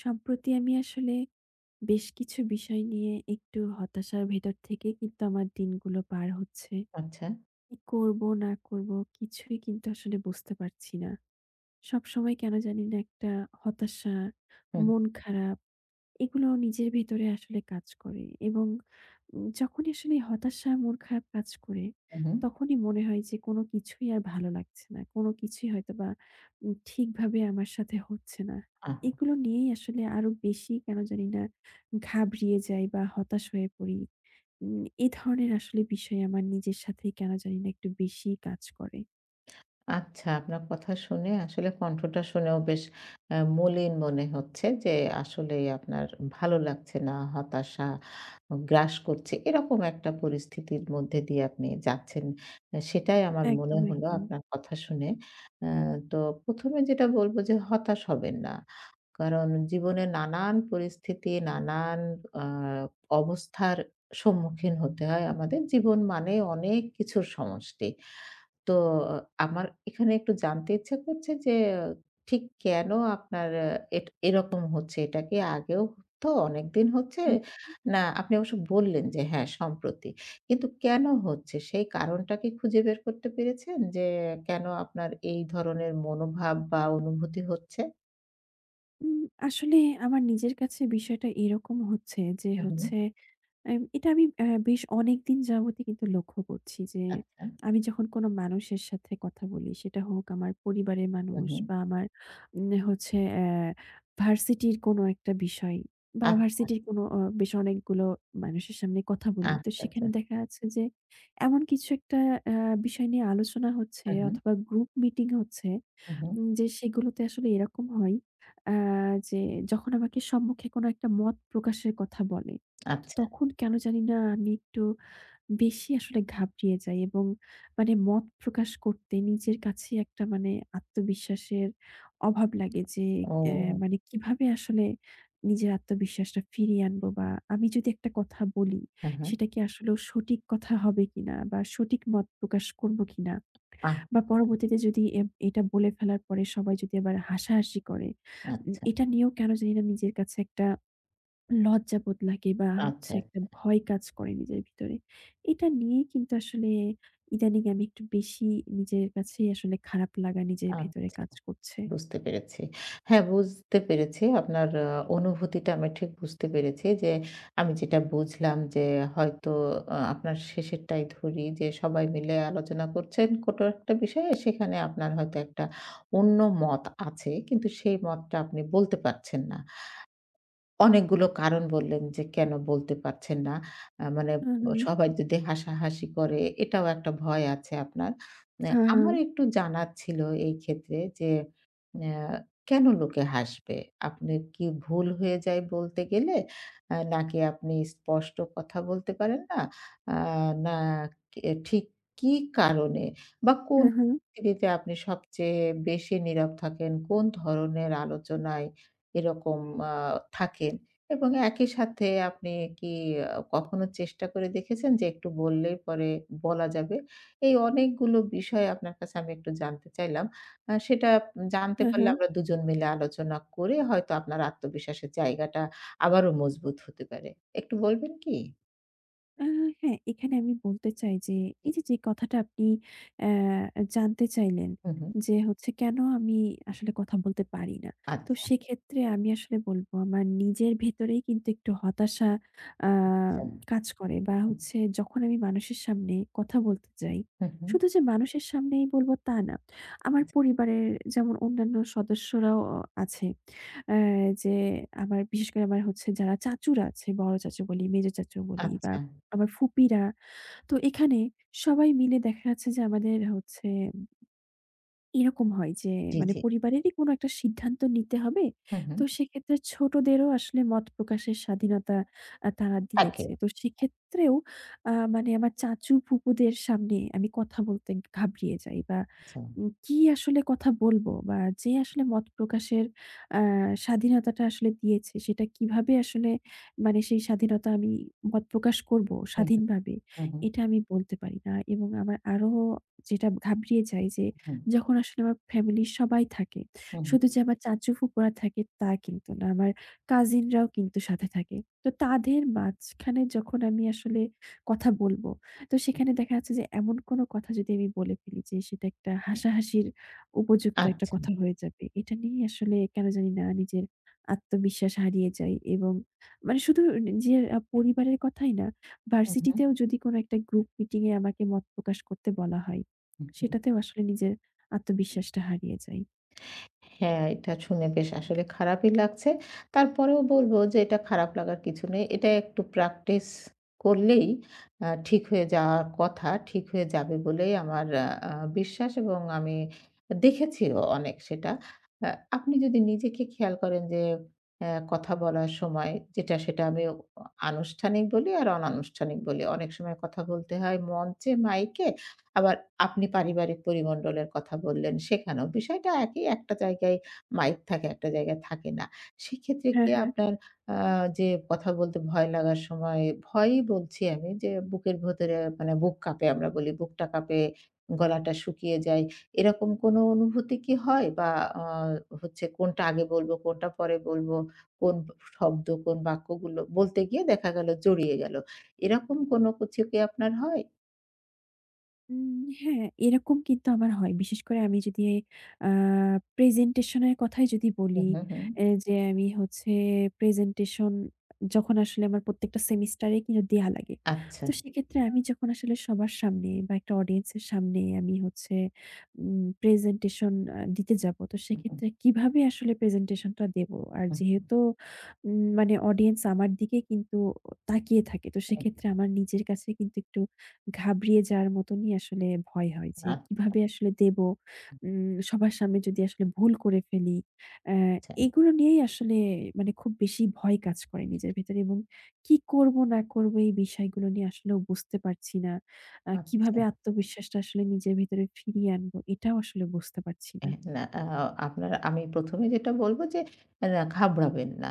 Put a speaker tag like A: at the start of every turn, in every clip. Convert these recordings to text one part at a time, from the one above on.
A: সম্প্রতি আমি আসলে বেশ কিছু বিষয় নিয়ে একটু হতাশার ভেতর থেকে কিন্তু আমার দিনগুলো পার হচ্ছে।
B: আচ্ছা।
A: কি করব না করব কিছুই কিন্তু আসলে বুঝতে পারছি না। সবসময় কেন জানি না একটা হতাশা,
B: হুম,
A: মন খারাপ এগুলো নিজের ভেতরে আসলে কাজ করে, এবং যখনই আসলে হতাশা, মন খারাপ কাজ করে,
B: হুম, হুম।
A: তখনই মনে হয় যে কোনো কিছুই আর ভালো লাগছে না। কোনো কিছুই হয়তোবা ঠিকভাবে আমার সাথে হচ্ছে না।
B: আ
A: এগুলো নিয়েই আসলে আরো বেশি কেন জানি না ঘাবড়িয়ে যাই বা হতাশ হয়ে পড়ি। এ ধরনের আসলে বিষয় আমার নিজের সাথেই কেন জানি না একটু বেশিই কাজ করে।
B: আচ্ছা, আপনার কথা শুনে আসলে কণ্ঠটা শুনেও বেশ মলিন মনে হচ্ছে যে আসলেই আপনার ভালো লাগছে না, হতাশা গ্রাস করছে। এরকম একটা পরিস্থিতির মধ্যে দিয়ে আপনি যাচ্ছেন। সেটাই আমার মনে
A: একদম,
B: হলো
A: একদম।
B: আপনার কথা শুনে। আ তো ১ম এ যেটা বলব যে হতাশ হবেন না। কারণ জীবনে নানান পরিস্থিতি, নানান আ অবস্থার সম্মুখীন হতে হয় আমাদের। জীবন মানে অনেক কিছুর সমষ্টি। তো আমার এখানে একটু জানতে ইচ্ছা করছে যে ঠিক কেন আপনার এরকম হচ্ছে? এটা কি আগেও তো অনেকদিন হচ্ছে?
A: হুম।
B: না আপনি অবশ্য বললেন যে হ্যাঁ, সম্প্রতি। কিন্তু কেন হচ্ছে? সেই কারণটা কি খুঁজে বের করতে পেরেছেন যে কেন আপনার এই ধরনের মনোভাব বা অনুভূতি হচ্ছে?
A: উম আসলে আমার নিজের কাছে বিষয়টা এরকম হচ্ছে যে,
B: হুম, হুম।
A: হচ্ছে এটা আমি বেশ অনেকদিন যাবতই কিন্তু লক্ষ্য করছি যে,
B: আচ্ছা।
A: আমি যখন কোনো মানুষের সাথে কথা বলি, সেটা হোক আমার পরিবারের
B: হুম,
A: মানুষ
B: হুম।
A: বা আমার, হচ্ছে ভার্সিটির কোনো একটা বিষয় বা
B: আচ্ছা,
A: ভার্সিটির কোনো বেশ অনেকগুলো মানুষের সামনে কথা বলি। তো
B: আচ্ছা, আচ্ছা।
A: সেখানে দেখা যাচ্ছে যে, এমন কিছু একটা অ্যা বিষয় নিয়ে আলোচনা হচ্ছে,
B: হুম, হুম।
A: অথবা গ্রুপ মিটিং হচ্ছে,
B: হুম, হুম।
A: যে সেগুলোতে আসলে এরকম হয় আ যে, যখন আমাকে সম্মুখে কোনো একটা মত প্রকাশের কথা বলে, তো
B: আচ্ছা।
A: তখন কেন জানি না আমি একটু বেশি আসলে ঘাবড়িয়ে যাই, এবং মানে মত প্রকাশ করতে নিজের কাছে একটা মানে আত্মবিশ্বাসের অভাব লাগে যে, অ্যা
B: ও!
A: মানে কিভাবে আসলে নিজের আত্মবিশ্বাসটা ফিরিয়ে আনবো, বা আমি যদি একটা কথা বলি
B: হ্যাঁ, হ্যাঁ।
A: সেটা কি আসলেও সঠিক কথা হবে কিনা, বা সঠিক মত প্রকাশ করব কিনা?
B: আ
A: বা পরবর্তীতে যদি এটা বলে ফেলার পরে সবাই যদি আবার হাসাহাসি করে,
B: আচ্ছা,
A: এটা নিয়েও কেন জানি না নিজের কাছে একটা লজ্জাবোধ লাগে, বা হচ্ছে
B: আচ্ছা,
A: একটা ভয় কাজ করে নিজের ভিতরে। এটা নিয়েই কিন্তু আসলে ইদানিং আমি একটু বেশি নিজের কাছেই আসলে খারাপ লাগা নিজের ভেতরে
B: আচ্ছা।
A: কাজ করছে।
B: বুঝতে পেরেছি। হ্যাঁ, বুঝতে পেরেছি আপনার অনুভূতিটা আমি ঠিক বুঝতে পেরেছি যে, আমি যেটা বুঝলাম যে হয়তো আপনার শেষেরটাই ধরি যে সবাই মিলে আলোচনা করছেন কোনো একটা বিষয়ে, সেখানে আপনার হয়তো একটা অন্য মত আছে। কিন্তু সেই মতটা আপনি বলতে পারছেন না। অনেকগুলো কারণ বললেন যে কেন বলতে পারছেন না। মানে
A: হু, হু।
B: সবাই যদি হাসাহাসি করে এটাও একটা ভয় আছে আপনার।
A: হ্যাঁ, হ্যাঁ।
B: আমার একটু জানার ছিল এই ক্ষেত্রে যে অ্যা কেন লোকে হাসবে? আপনি কি ভুল হয়ে যায় বলতে গেলে? নাকি আপনি স্পষ্ট কথা বলতে পারেন না? আ না কি ঠিক কি কারণে বা কোন
A: হ্যাঁ, হ্যাঁ।
B: পরিস্থিতিতে আপনি সবচেয়ে বেশি নীরব থাকেন? কোন ধরনের আলোচনায় এরকম আ থাকেন এবং একই সাথে আপনি কি কখনো চেষ্টা করে দেখেছেন যে একটু বললেই পরে বলা যাবে? এই অনেকগুলো বিষয় আপনার কাছে আমি একটু জানতে চাইলাম। সেটা জানতে
A: হ্যাঁ,
B: পারলে
A: হ্যাঁ।
B: আমরা দুজন মিলে আলোচনা করে হয়তো আপনার আত্মবিশ্বাসের জায়গাটা আবারও মজবুত হতে পারে। একটু বলবেন কি?
A: আ হ্যাঁ, এখানে আমি বলতে চাই যে, এই যে, কথাটা আপনি অ্যা জানতে চাইলেন
B: হুম, হুম।
A: যে, হচ্ছে কেন আমি আসলে কথা বলতে পারি না। তো
B: আচ্ছা,
A: সেক্ষেত্রে আমি আসলে বলব, আমার নিজের ভেতরেই কিন্তু একটু হতাশা আ
B: আচ্ছা।
A: কাজ করে, বা
B: হুম,
A: হচ্ছে যখন আমি মানুষের সামনে কথা বলতে যাই,
B: হুম, হুম।
A: শুধু যে মানুষের সামনেই বলব তা না। আমার
B: আচ্ছা,
A: পরিবারের যেমন অন্যান্য সদস্যরাও আছে। অ্যা যে, আমার বিশেষ করে আমার হচ্ছে যারা চাচুরা আছে, বড় চাচু বলি, মেজো চাচু বলি, বা
B: আচ্ছা।
A: আমার ফুপিরা। তো এখানে সবাই মিলে দেখা যাচ্ছে যে, আমাদের হচ্ছে এরকম হয় যে,
B: জি,
A: মানে
B: জি।
A: পরিবারেরই কোনো একটা সিদ্ধান্ত নিতে হবে।
B: হুম,
A: তো
B: হুম।
A: সেক্ষেত্রে ছোটদেরও আসলে মত প্রকাশের স্বাধীনতা তারা
B: থাকে।
A: দিয়েছে। তো সেক্ষেত্রেও মানে আমার চাচু-ফুপুদের সামনে আমি কথা বলতে ঘাবড়িয়ে যাই, বা
B: আচ্ছা।
A: কি আসলে কথা বলবো, বা যে আসলে মত প্রকাশের আ স্বাধীনতাটা আসলে দিয়েছে সেটা কিভাবে আসলে, মানে সেই স্বাধীনতা আমি মত প্রকাশ করবো
B: হুম, হুম,
A: স্বাধীনভাবে,
B: হুম, হুম,
A: এটা আমি বলতে পারি না। এবং আমার আরো যেটা ঘাবড়িয়ে যাই যে,
B: হুম,
A: যখন আসলে আমার ফ্যামিলির সবাই থাকে।
B: হুম, হুম।
A: শুধু যে আমার চাচু ফুপুরা থাকে তা কিন্তু না। আমার কাজিনরাও কিন্তু সাথে থাকে। তো তাদের মাঝখানে যখন আমি আসলে কথা বলব, তো সেখানে দেখা যাচ্ছে যে, এমন কোনো কথা যদি আমি বলে ফেলি যে সেটা একটা হাসাহাসির উপযুক্ত একটা
B: আচ্ছা।
A: কথা হয়ে যাবে। এটা নিয়ে আসলে কেন জানি না নিজের আত্মবিশ্বাস হারিয়ে যাই, এবং মানে শুধু নিজের পরিবারের কথাই না,
B: হুম, হুম।
A: ভার্সিটিতেও যদি কোনো একটা গ্রুপ মিটিং এ আমাকে মত প্রকাশ করতে বলা হয়, সেটাতেও আসলে নিজের আত্মবিশ্বাসটা হারিয়ে যাই।
B: হ্যাঁ, এটা শুনে বেশ আসলে খারাপই লাগছে। তারপরেও বলব যে এটা খারাপ লাগার কিছু নেই। এটা একটু প্র্যাকটিস করলেই ঠিক হয়ে যাওয়ার কথা। ঠিক হয়ে যাবে বলেই আমার আ আ বিশ্বাস এবং আমি দেখেছিও অনেক সেটা। আ আপনি যদি নিজেকে খেয়াল করেন যে কথা বলার সময় যেটা সেটা আমি আনুষ্ঠানিক বলি আর অনানুষ্ঠানিক বলি। অনেক সময় কথা বলতে হয় মঞ্চে, মাইকে আবার আপনি পারিবারিক পরিমণ্ডলের কথা বললেন, সেখানেও বিষয়টা একই। একটা জায়গায় মাইক থাকে, একটা জায়গায় থাকে না। সেক্ষেত্রে
A: হ্যাঁ,
B: কি
A: হ্যাঁ।
B: আপনার আ যে কথা বলতে ভয় লাগার সময়, ভয়ই বলছি আমি যে বুকের ভেতরে মানে বুক কাঁপে আমরা বলি, বুকটা কাঁপে, গলাটা শুকিয়ে যায়। এরকম কোনো অনুভূতি কি হয়? বা আ হচ্ছে কোনটা আগে বলবো, কোনটা পরে বলবো, কোন শব্দ, কোন বাক্যগুলো বলতে গিয়ে দেখা গেল জড়িয়ে গেল। এরকম কোনো কিছু কি আপনার হয়?
A: উম হ্যাঁ, এরকম কিন্তু আমার হয়। বিশেষ করে আমি যদি আ প্রেজেন্টেশন এর কথাই যদি
B: হু,
A: বলি,
B: হু, হু।
A: এ যে আমি হচ্ছে প্রেজেন্টেশন যখন আসলে আমার প্রত্যেকটা সেমিস্টারে কিন্তু দেয়া লাগে।
B: আচ্ছা।
A: তো সেক্ষেত্রে আমি যখন আসলে সবার সামনে বা একটা অডিয়েন্স এর সামনে আমি হচ্ছে প্রেজেন্টেশন দিতে যাব। তো
B: হু, হু,
A: সেক্ষেত্রে কিভাবে আসলে প্রেজেন্টেশনটা দেব? আর
B: হু, হু।
A: যেহেতু মানে অডিয়েন্স আমার দিকে কিন্তু তাকিয়ে থাকে। তো
B: এক
A: সেক্ষেত্রে আমার নিজের কাছে কিন্তু একটু ঘাবড়িয়ে যাওয়ার মতনই আসলে ভয় হয় যে,
B: আচ্ছা,
A: কিভাবে আসলে দেব? সবার সামনে যদি আসলে ভুল করে ফেলি। অ্যা এগুলো নিয়েই আসলে মানে খুব বেশি ভয় কাজ করে নিজের ভেতরে, এবং কি করব না করব এই বিষয়গুলো নিয়ে আসলেও বুঝতে পারছি না।
B: আচ্ছা।
A: কিভাবে আত্মবিশ্বাসটা আসলে নিজের ভেতরে ফিরিয়ে আনবো এটাও আসলে বুঝতে পারছি না।
B: হ্যাঁ, না আপনার আমি ১ম এ যেটা বলব যে না ঘাবড়াবেন না।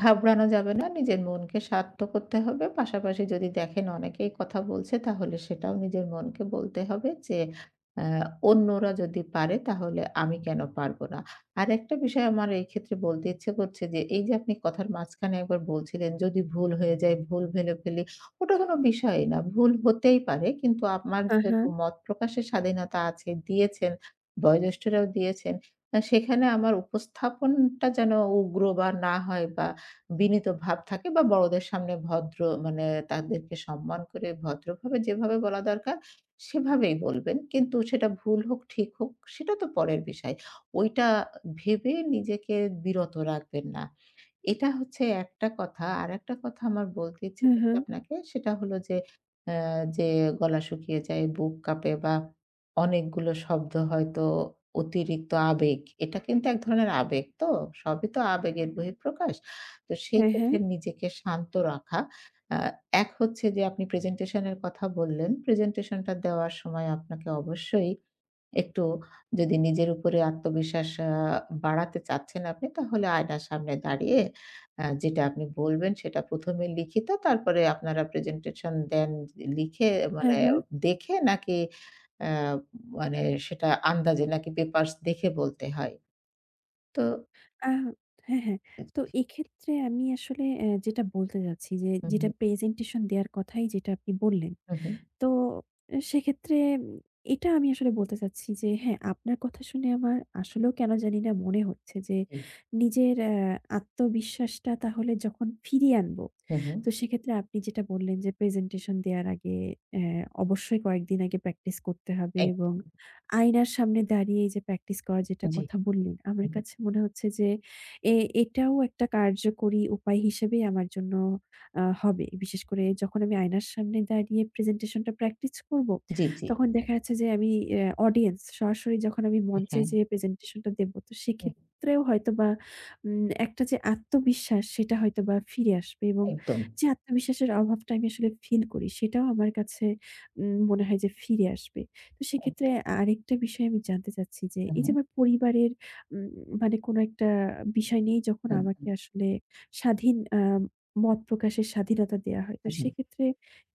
B: ঘাবড়ানো যাবে না। নিজের মনকে শান্ত করতে হবে। পাশাপাশি যদি দেখেন অনেকেই কথা বলছে তাহলে সেটাও নিজের মনকে বলতে হবে যে আ অন্যরা যদি পারে তাহলে আমি কেন পারব না? আরেকটা বিষয় আমার এই ক্ষেত্রে বলতে ইচ্ছে করছে যে এই যে আপনি কথার মাঝখানে একবার বলছিলেন যদি ভুল হয়ে যায়, ভুল ভেবে ফেলি। ওটা কোনো বিষয়ই না। ভুল হতেই পারে। কিন্তু আমার
A: হ্যাঁ, হ্যাঁ।
B: যেহেতু মত প্রকাশের স্বাধীনতা আছে দিয়েছেন বয়োজ্যেষ্ঠরাও দিয়েছেন। সেখানে আমার উপস্থাপনটা যেন উগ্র বা না হয় বা বিনীত ভাব থাকে বা বড়দের সামনে ভদ্র মানে তাদেরকে সম্মান করে ভদ্রভাবে যেভাবে বলা দরকার সেভাবেই বলবেন। কিন্তু সেটা ভুল হোক, ঠিক হোক সেটা তো পরের বিষয়। ওইটা ভেবে নিজেকে বিরত রাখবেন না। এটা হচ্ছে একটা কথা। আরেকটা কথা আমার বলতে ইচ্ছে
A: হ্যাঁ,
B: করছে
A: হ্যাঁ।
B: আপনাকে। সেটা হলো যে, অ্যা যে গলা শুকিয়ে যায়, বুক কাঁপে বা অনেকগুলো শব্দ হয়তো অতিরিক্ত আবেগ। এটা কিন্তু এক ধরনের আবেগ তো। সবই তো আবেগের বহিঃপ্রকাশ। তো সেই
A: হ্যাঁ, হ্যাঁ।
B: ক্ষেত্রে নিজেকে শান্ত রাখা। আ এক হচ্ছে যে আপনি প্রেজেন্টেশন এর কথা বললেন। প্রেজেন্টেশনটা দেওয়ার সময় আপনাকে অবশ্যই একটু যদি নিজের উপরে আত্মবিশ্বাস বাড়াতে চাচ্ছেন আপনি, তাহলে আয়নার সামনে দাঁড়িয়ে যেটা আপনি বলবেন সেটা ১ম এ লিখিত, তারপরে আপনারা প্রেজেন্টেশন দেন লিখে
A: হ্যাঁ,
B: মানে
A: হ্যাঁ।
B: দেখে নাকি আ মানে সেটা আন্দাজে নাকি পেপারস দেখে বলতে হয়? তো
A: আ হ্যাঁ, হ্যাঁ। তো এক্ষেত্রে আমি আসলে যেটা বলতে যাচ্ছি যে,
B: হুম,
A: যেটা
B: হুম,
A: প্রেজেন্টেশন দেওয়ার কথাই যেটা আপনি বললেন।
B: হুম, হুম,
A: তো সেক্ষেত্রে এটা আমি আসলে বলতে চাচ্ছি যে, হ্যাঁ, আপনার কথা শুনে আমার আসলেও কেন জানি না মনে হচ্ছে যে,
B: জি,
A: নিজের আত্মবিশ্বাসটা তাহলে যখন ফিরিয়ে আনবো,
B: হুম, হুম,
A: তো সেক্ষেত্রে আপনি যেটা বললেন যে, প্রেজেন্টেশন দেওয়ার আগে অবশ্যই কয়েকদিন আগে প্র্যাকটিস করতে হবে,
B: এক
A: এবং আয়নার সামনে দাঁড়িয়ে এই যে প্র্যাকটিস করার যেটা
B: জি,
A: কথা বললেন, আমার
B: হুম, হুম,
A: কাছে মনে হচ্ছে যে, এ এটাও একটা কার্যকরী উপায় হিসেবেই আমার জন্য হবে। বিশেষ করে যখন আমি আয়নার সামনে দাঁড়িয়ে প্রেজেন্টেশনটা প্র্যাকটিস করব,
B: জি, জি,
A: তখন দেখা যাচ্ছে যে, আমি অডিয়েন্স সরাসরি যখন আমি মঞ্চে
B: হ্যাঁ,
A: যেয়ে প্রেজেন্টেশনটা দেব, তো
B: হ্যাঁ,
A: সেক্ষেত্রেও হয়তোবা একটা যে আত্মবিশ্বাস সেটা হয়তোবা ফিরে আসবে, এবং
B: একদম,
A: যে আত্মবিশ্বাসের অভাবটা আমি আসলে ফিল করি সেটাও আমার কাছে মনে হয় যে ফিরে আসবে। তো সেক্ষেত্রে
B: এক
A: আরেকটা বিষয় আমি জানতে চাচ্ছি যে,
B: হুম,
A: এই যে
B: হুম,
A: আমার পরিবারের উম মানে কোনো একটা বিষয় নিয়ে যখন
B: হুম,
A: আমাকে
B: হুম,
A: আসলে স্বাধীন মত প্রকাশের স্বাধীনতা দেয়া হয়। তো
B: জি।
A: সেক্ষেত্রে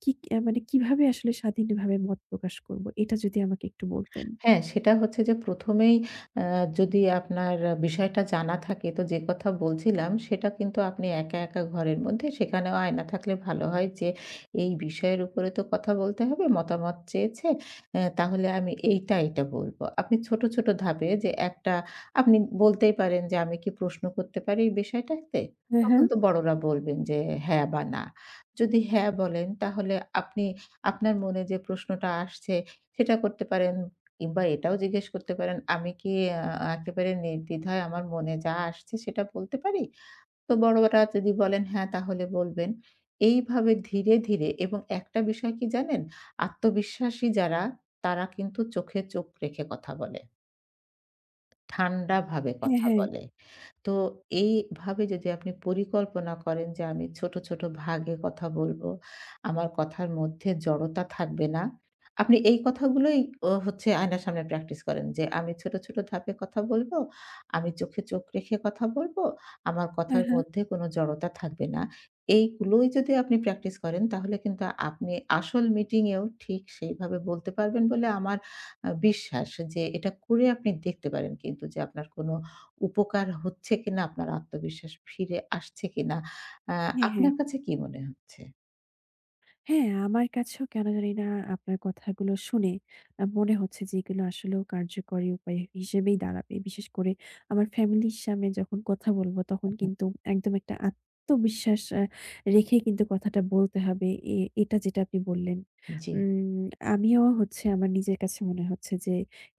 A: কি মানে কিভাবে আসলে স্বাধীনভাবে মত প্রকাশ করব? এটা যদি আমাকে একটু বলতেন।
B: হ্যাঁ, সেটা হচ্ছে যে ১ম এই আ যদি আপনার বিষয়টা জানা থাকে তো যে কথা বলছিলাম সেটা কিন্তু আপনি একা, একা ঘরের মধ্যে সেখানেও আয়না থাকলে ভালো হয় যে এই বিষয়ের উপরে তো কথা বলতে হবে, মতামত চেয়েছে। তাহলে আমি এইটা, এইটা বলব। আপনি ছোট, ছোট ধাপে যে একটা আপনি বলতেই পারেন যে আমি কি প্রশ্ন করতে পারি এই বিষয়টাতে?
A: হ্যাঁ, হ্যাঁ।
B: তখন তো বড়রা বলবেন যে হ্যাঁ বা না। যদি হ্যাঁ বলেন তাহলে আপনি আপনার মনে যে প্রশ্নটা আসছে সেটা করতে পারেন। কিংবা এটাও জিজ্ঞেস করতে পারেন, "আমি কি আ একেবারে নির্দ্বিধায় আমার মনে যা আসছে সেটা বলতে পারি?" তো বড়রা যদি বলেন, "হ্যাঁ" তাহলে বলবেন। এইভাবে ধীরে, ধীরে এবং একটা বিষয় কি জানেন? আত্মবিশ্বাসী যারা তারা কিন্তু চোখে চোখ রেখে কথা বলে। ঠান্ডাভাবে
A: হ্যাঁ,
B: কথা
A: হ্যাঁ।
B: বলে। তো এইভাবে যদি আপনি পরিকল্পনা করেন যে আমি ছোট, ছোট ভাগে কথা বলবো। আমার কথার মধ্যে জড়তা থাকবে না। আপনি এই কথাগুলোই ও হচ্ছে আয়নার সামনে প্র্যাকটিস করেন যে আমি ছোট, ছোট ধাপে কথা বলবো, আমি চোখে চোখ রেখে কথা বলবো, আমার
A: হ্যাঁ,
B: কথার
A: হ্যাঁ।
B: মধ্যে কোনো জড়তা থাকবে না। এইগুলোই যদি আপনি প্র্যাকটিস করেন তাহলে কিন্তু আপনি আসল মিটিংয়েও ঠিক সেইভাবে বলতে পারবেন বলে আমার বিশ্বাস যে এটা করে আপনি দেখতে পারেন কিন্তু যে আপনার কোনো উপকার হচ্ছে কিনা? আপনার আত্মবিশ্বাস ফিরে আসছে কিনা? আ
A: হ্যাঁ, হ্যাঁ।
B: আপনার কাছে কি মনে হচ্ছে?
A: হ্যাঁ, আমার কাছেও কেন জানিনা আপনার কথাগুলো শুনে মনে হচ্ছে যে, এগুলো আসলেও কার্যকরী উপায় হিসেবেই দাঁড়াবে। বিশেষ করে আমার ফ্যামিলির সামনে যখন কথা বলব তখন
B: হুম।
A: কিন্তু একদম একটা আত্মবিশ্বাস রেখেই কিন্তু কথাটা বলতে হবে। এ এটা যেটা আপনি বললেন।
B: জি,
A: উম আমিও হচ্ছে আমার নিজের কাছে মনে হচ্ছে যে,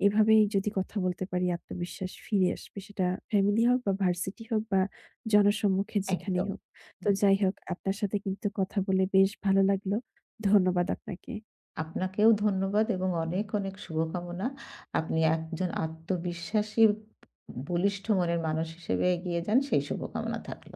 A: এভাবেই যদি কথা বলতে পারি আত্মবিশ্বাস ফিরে আসবে। সেটা ফ্যামিলি হোক, বা ভার্সিটি হোক, বা জনসম্মুখে যেখানেই
B: একদম।
A: হোক। তো
B: জি।
A: যাই হোক, আপনার সাথে কিন্তু কথা বলে বেশ ভালো লাগলো। ধন্যবাদ আপনাকে।
B: আপনাকেও ধন্যবাদ এবং অনেক, অনেক শুভকামনা। আপনি একজন আত্মবিশ্বাসী বলিষ্ঠ মনের মানুষ হিসেবে এগিয়ে যান সেই শুভকামনা থাকল।